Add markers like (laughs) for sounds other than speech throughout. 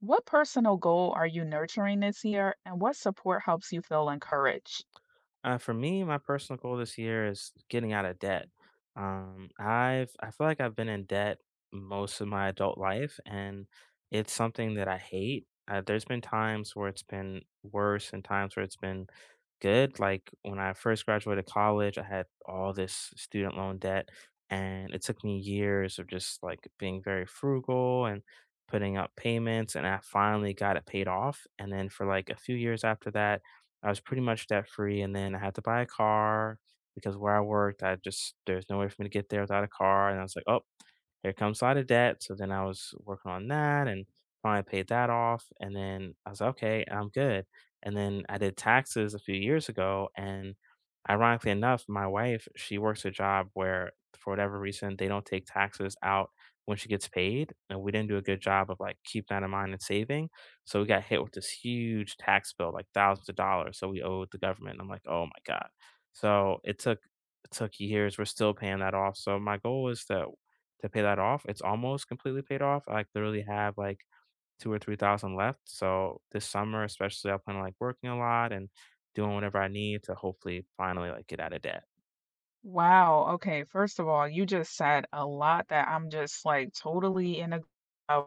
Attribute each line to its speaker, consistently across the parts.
Speaker 1: What personal goal are you nurturing this year, and what support helps you feel encouraged?
Speaker 2: For me, my personal goal this year is getting out of debt. I feel like I've been in debt most of my adult life, and it's something that I hate. There's been times where it's been worse, and times where it's been good. Like when I first graduated college, I had all this student loan debt, and it took me years of just like being very frugal and putting up payments, and I finally got it paid off. And then for like a few years after that I was pretty much debt free, and then I had to buy a car because where I worked, I just there's no way for me to get there without a car, and I was like, oh, here comes a of debt, so then I was working on that and finally paid that off, and then I was like, "Okay, I'm good." And then I did taxes a few years ago, and ironically enough, my wife, she works a job where for whatever reason, they don't take taxes out when she gets paid, and we didn't do a good job of, keeping that in mind and saving, so we got hit with this huge tax bill, like, thousands of dollars, so we owed the government, I'm like, "Oh my god." So, it took years, we're still paying that off, so my goal is to pay that off. It's almost completely paid off. I like literally have like two or three thousand left. So this summer, especially, I plan on like working a lot and doing whatever I need to hopefully finally like get out of debt.
Speaker 1: Wow. Okay. First of all, you just said a lot that I'm just like totally in a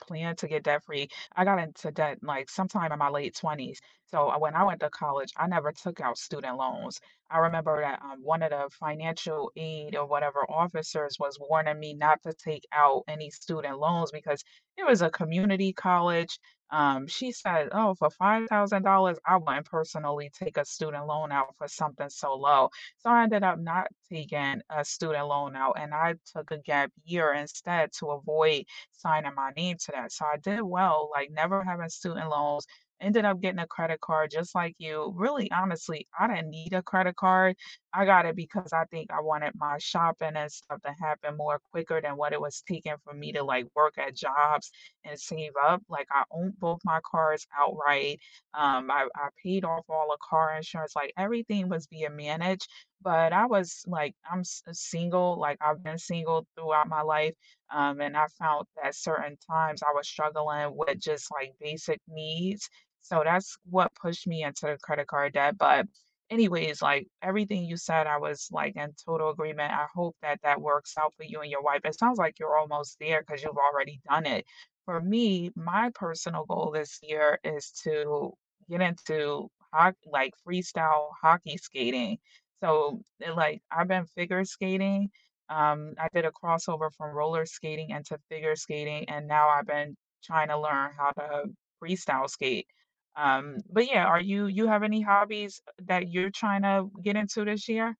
Speaker 1: plan to get debt free. I got into debt like sometime in my late 20s. So when I went to college, I never took out student loans. I remember that one of the financial aid or whatever officers was warning me not to take out any student loans because it was a community college. She said, "Oh, for $5,000, I wouldn't personally take a student loan out for something so low." So I ended up not taking a student loan out, and I took a gap year instead to avoid signing my name to that. So I did well, like never having student loans, ended up getting a credit card just like you. Really, honestly, I didn't need a credit card. I got it because I think I wanted my shopping and stuff to happen more quicker than what it was taking for me to like work at jobs and save up. Like I owned both my cars outright. I paid off all the car insurance. Like everything was being managed. But I was like, I'm single. Like I've been single throughout my life and I found that certain times I was struggling with just like basic needs. So that's what pushed me into the credit card debt. But, anyways, like everything you said, I was like in total agreement. I hope that that works out for you and your wife. It sounds like you're almost there because you've already done it. For me, my personal goal this year is to get into hoc like freestyle hockey skating. So, like, I've been figure skating I did a crossover from roller skating into figure skating, and now I've been trying to learn how to freestyle skate. But yeah, are you you have any hobbies that you're trying to get into this year?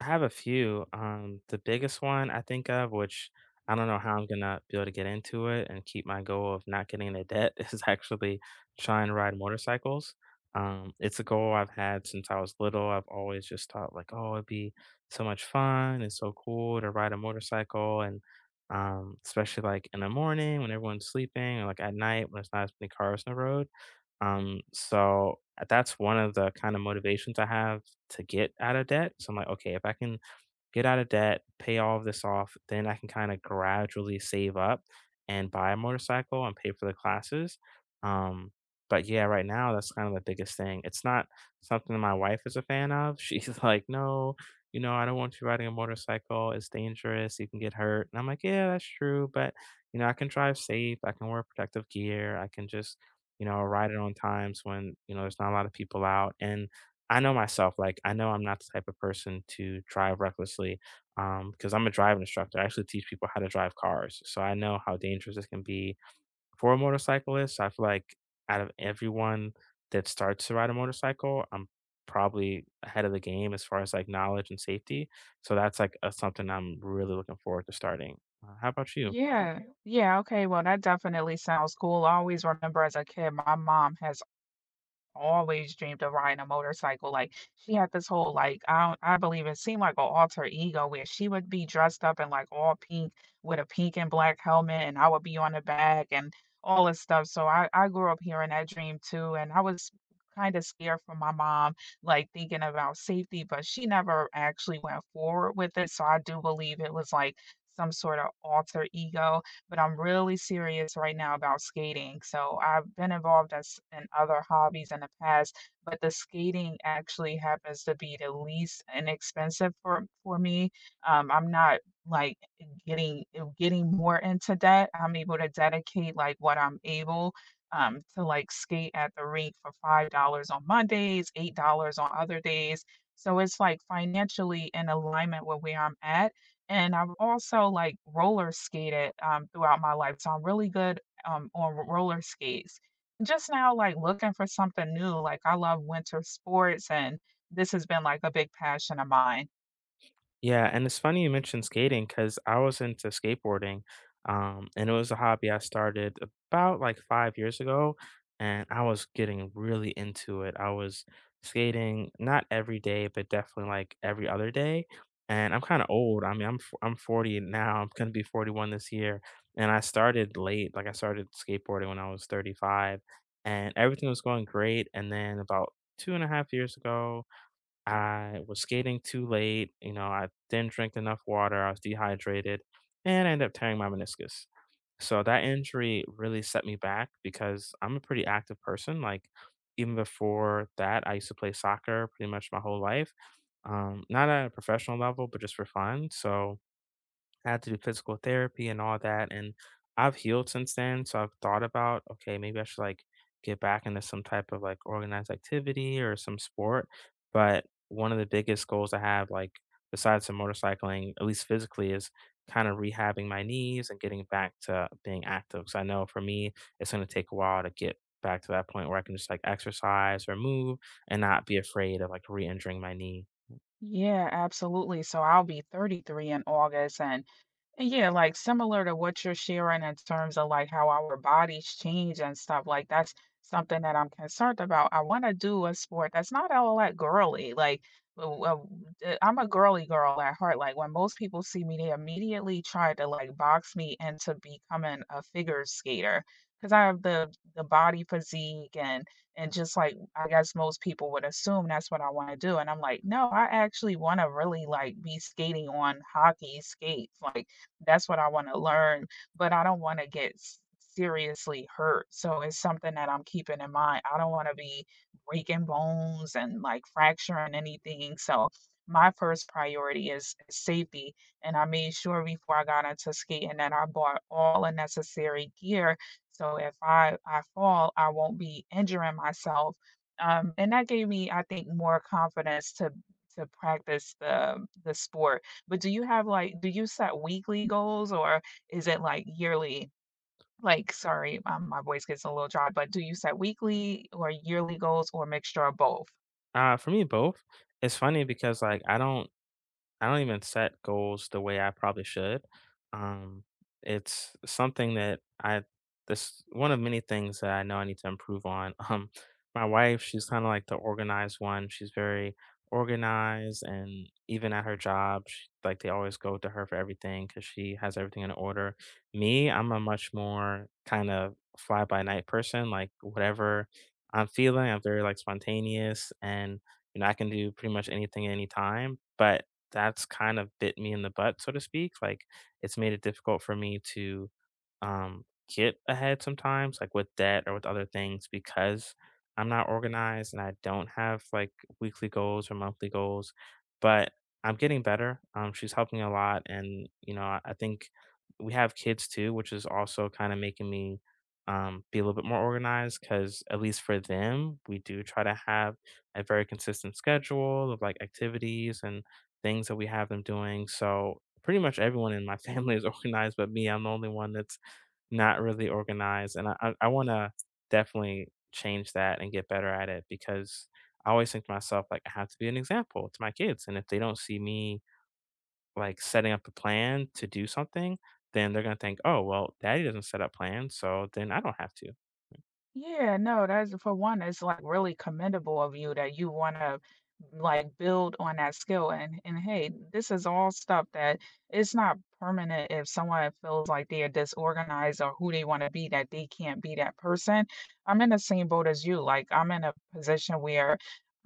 Speaker 2: I have a few. The biggest one I think of, which I don't know how I'm gonna be able to get into it and keep my goal of not getting into debt, (laughs) is actually trying to ride motorcycles. It's a goal I've had since I was little. I've always just thought like, oh, it'd be so much fun and so cool to ride a motorcycle, and especially like in the morning when everyone's sleeping, or like at night when there's not as many cars on the road. So that's one of the kind of motivations I have to get out of debt. So I'm like, okay, if I can get out of debt, pay all of this off, then I can kinda gradually save up and buy a motorcycle and pay for the classes. Um, but yeah, right now, that's kind of the biggest thing. It's not something my wife is a fan of. (laughs) She's like, "No, you know, I don't want you riding a motorcycle. It's dangerous. You can get hurt." And I'm like, "Yeah, that's true, but, you know, I can drive safe. I can wear protective gear. I can just, you know, ride it on times when, you know, there's not a lot of people out." And I know myself, like, I know I'm not the type of person to drive recklessly, because I'm a driving instructor. I actually teach people how to drive cars, so I know how dangerous this can be. For a motorcyclist, I feel like out of everyone that starts to ride a motorcycle, I'm probably ahead of the game as far as, like, knowledge and safety, so that's, like, a something I'm really looking forward to starting. How about you?
Speaker 1: Yeah. Yeah, okay. Well, that definitely sounds cool. I always remember as a kid, my mom has always dreamed of riding a motorcycle. Like she had this whole like I don't, I believe it seemed like an alter ego where she would be dressed up in like all pink with a pink and black helmet, and I would be on the back and all this stuff. So I grew up hearing that dream too, and I was kind of scared for my mom, like thinking about safety, but she never actually went forward with it. So I do believe it was like some sort of alter ego, but I'm really serious right now about skating. So I've been involved as in other hobbies in the past, but the skating actually happens to be the least inexpensive for me. I'm not like getting getting more into debt. I'm able to dedicate like what I'm able to like skate at the rink for $5 on Mondays, $8 on other days. So it's like financially in alignment with where I'm at, and I've also, like, roller skated, throughout my life, so I'm really good, on r roller skates. Just now, like, looking for something new, like, I love winter sports, and this has been, like, a big passion of mine.
Speaker 2: Yeah, and it's funny you mentioned skating because I was into skateboarding, and it was a hobby I started about like 5 years ago, and I was getting really into it. I was skating not every day, but definitely like every other day. And I'm kind of old. I mean, I'm 40 now. I'm gonna be 41 this year, and I started late. Like I started skateboarding when I was 35, and everything was going great. And then about two and a half years ago, I was skating too late. You know, I didn't drink enough water. I was dehydrated and I ended up tearing my meniscus. So that injury really set me back because I'm a pretty active person. Like, even before that, I used to play soccer pretty much my whole life. Not at a professional level, but just for fun. So, I had to do physical therapy and all that. And I've healed since then. So I've thought about, okay, maybe I should like get back into some type of like organized activity or some sport. But one of the biggest goals I have, like besides some motorcycling, at least physically, is kind of rehabbing my knees and getting back to being active. So I know for me, it's going to take a while to get back to that point where I can just like exercise or move and not be afraid of like re injuring my knee.
Speaker 1: Yeah, absolutely, so I'll be 33 in August, and yeah, like similar to what you're sharing in terms of like how our bodies change and stuff, like that's something that I'm concerned about. I want to do a sport that's not all that girly. Like, I'm a girly girl at heart. Like, when most people see me, they immediately try to like box me into becoming a figure skater because I have the body physique and just like I guess most people would assume that's what I want to do. And I'm like, no, I actually want to really like be skating on hockey skates, like that's what I wanna learn, but I don't wanna get s seriously hurt, so it's something that I'm keeping in mind. I don't wanna be breaking bones and, like, fracturing anything, so my first priority is safety, and I made sure before I got into skating that I bought all the necessary gear, so if I fall, I won't be injuring myself, and that gave me, I think, more confidence to practice the sport. But do you have, like, do you set weekly goals, or is it, like, yearly? Like, sorry, my voice gets a little dry, but do you set weekly or yearly goals or a mixture of both?
Speaker 2: For me, both. It's funny because I don't even set goals the way I probably should. Um, it's something that I this one of many things that I know I need to improve on. (laughs) My wife, she's kind of like the organized one. She's very organized, and even at her job, she, like they always go to her for everything because she has everything in order. Me, I'm a much more kind of fly by night person. Like whatever I'm feeling, I'm very like spontaneous, and you know I can do pretty much anything at any time. But that's kind of bit me in the butt, so to speak. Like, it's made it difficult for me to um, get ahead sometimes, like with debt or with other things, because I'm not organized and I don't have like weekly goals or monthly goals. But I'm getting better. She's helping a lot, and you know, I think we have kids too, which is also kind of making me be a little bit more organized because at least for them, we do try to have a very consistent schedule of like activities and things that we have them doing. So pretty much everyone in my family is (laughs) organized, but me, I'm the only one that's not really organized. And I want to definitely change that and get better at it because I always think to myself, like, I have to be an example to my kids. And if they don't see me like setting up a plan to do something, then they're going to think, oh, well, daddy doesn't set up plans. So then I don't have to.
Speaker 1: Yeah, no, that's for one, it's like really commendable of you that you wanna like build on that skill and hey, this is all stuff that it's not permanent if someone feels like they are disorganized or who they want to be, that they can't be that person. I'm in the same boat as you. Like I'm in a position where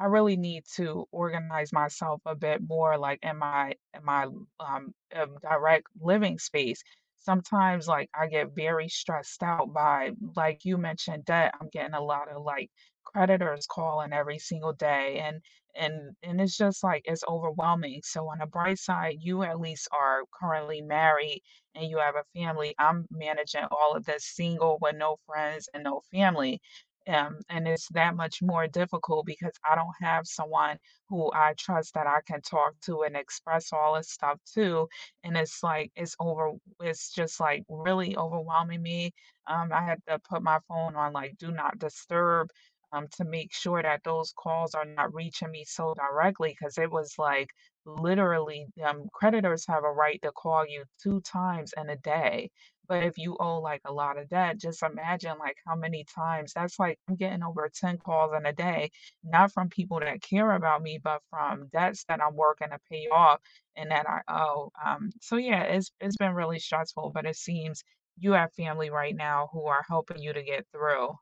Speaker 1: I really need to organize myself a bit more like in my direct living space. Sometimes like I get very stressed out by, like you mentioned, debt. I'm getting a lot of like creditors calling every single day, and it's just like it's overwhelming. So on the bright side, you at least are currently married and you have a family. I'm managing all of this single with no friends and no family. And it's that much more difficult because I don't have someone who I trust that I can talk to and express all this stuff to, and it's like it's just, like, really overwhelming me. I had to put my phone on, like, do not disturb, to make sure that those calls are not reaching me so directly because it was, like, literally, creditors have a right to call you 2 times in a day, but if you owe, like, a lot of debt, just imagine, like, how many times that's, like, I'm getting over 10 calls in a day, not from people that care about me, but from debts that I'm working to pay off and that I owe. So yeah, it's been really stressful, but it seems you have family right now who are helping you to get through.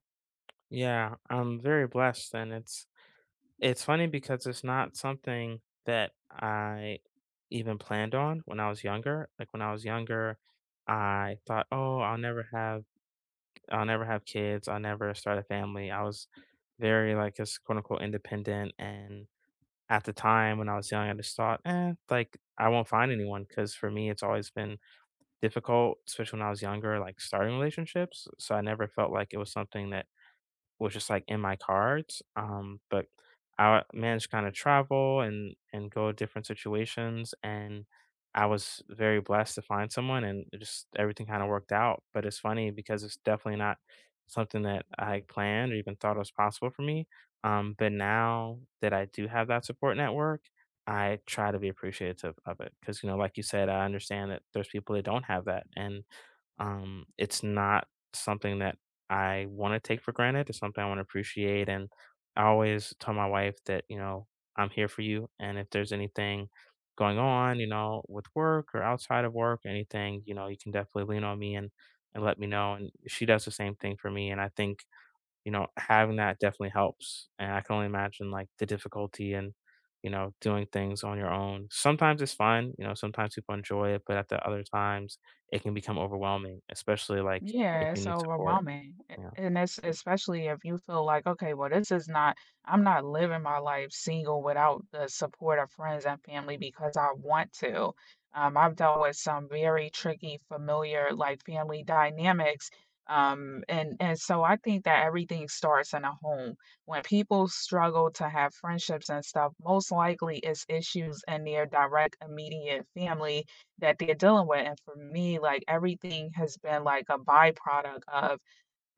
Speaker 2: Yeah, I'm very blessed. It's funny because it's not something that I even planned on when I was younger. Like when I was younger, I thought, "Oh, I'll never have kids. I'll never start a family." I was very like just quote unquote independent. And at the time when I was young, I just thought, eh, like I won't find anyone because for me, it's always been difficult, especially when I was younger, like starting relationships. So I never felt like it was something that was just like in my cards. But I managed to kind of travel and go to different situations, and I was very blessed to find someone, and it just everything kind of worked out. But it's funny because it's definitely not something that I planned or even thought was possible for me. But now that I do have that support network, I try to be appreciative of it because you know, like you said, I understand that there's people that don't have that, and it's not something that I want to take for granted. It's something I want to appreciate. And I always tell my wife that, you know, I'm here for you. And if there's anything going on, you know, with work or outside of work, anything, you know, you can definitely lean on me and let me know. And she does the same thing for me. And I think you know, having that definitely helps. And I can only imagine like the difficulty and, you know, doing things on your own. Sometimes it's fun, you know, sometimes people enjoy it, but at the other times it can become overwhelming, especially like if
Speaker 1: Yeah,
Speaker 2: you
Speaker 1: it's
Speaker 2: need support.
Speaker 1: overwhelming.
Speaker 2: Yeah.
Speaker 1: And it's especially if you feel like, okay, well, this is not, I'm not living my life single without the support of friends and family because I want to. I've dealt with some very tricky, familiar, like family dynamics. And so I think that everything starts in a home. When people struggle to have friendships and stuff, most likely it's issues in their direct, immediate family that they're dealing with, and for me, like, everything has been, like, a byproduct of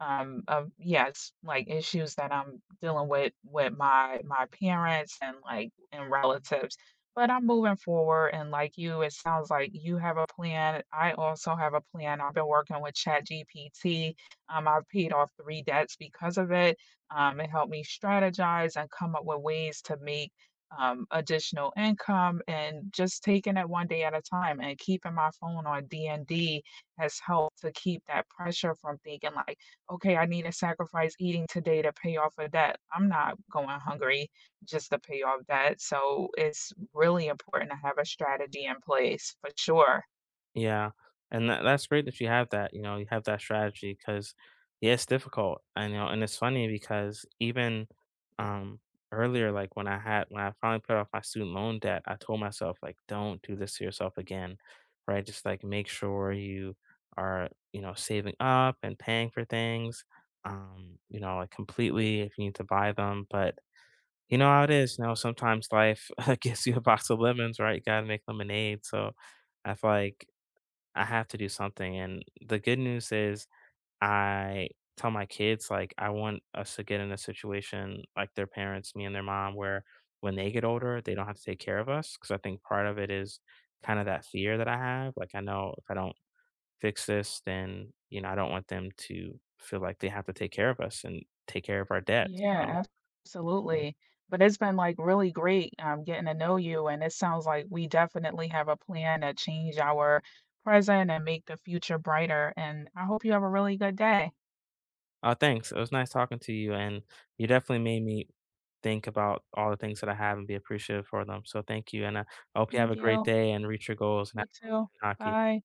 Speaker 1: yes, like, issues that I'm dealing with my parents and, like, and relatives, but I'm moving forward, and like you, it sounds like you have a plan, I also have a plan, I've been working with ChatGPT, I've paid off 3 debts because of it, it helped me strategize and come up with ways to make, additional income, and just taking it one day at a time, and keeping my phone on D&D has helped to keep that pressure from thinking like, okay, I need to sacrifice eating today to pay off a debt. I'm not going hungry just to pay off debt. So it's really important to have a strategy in place for sure.
Speaker 2: Yeah, and that's great that you have that, you know, you have that strategy because yeah, it's difficult, I know, and it's funny because even, um, earlier, like, when I finally paid off my student loan debt, I told myself, like, "Don't do this to yourself again," right? Just, like, make sure you are, you know, saving up and paying for things, you know, like, completely if you need to buy them, but you know how it is, you know, sometimes life (laughs) gives you a box of lemons, right? You gotta make lemonade, so I feel like I have to do something. And the good news is I tell my kids like I want us to get in a situation like their parents, me and their mom, where when they get older, they don't have to take care of us. Cause I think part of it is kind of that fear that I have. Like I know if I don't fix this, then, you know, I don't want them to feel like they have to take care of us and take care of our debt, so
Speaker 1: Yeah, ab- Absolutely. But it's been like really great getting to know you. And it sounds like we definitely have a plan to change our present and make the future brighter. And I hope you have a really good day.
Speaker 2: Aw, thanks. It was nice talking to you, and you definitely made me think about all the things that I have and be appreciative for them, so thank you, and I hope you have
Speaker 1: Thank
Speaker 2: a great
Speaker 1: you.
Speaker 2: day and reach your goals and
Speaker 1: You too.
Speaker 2: have hockey.
Speaker 1: Bye.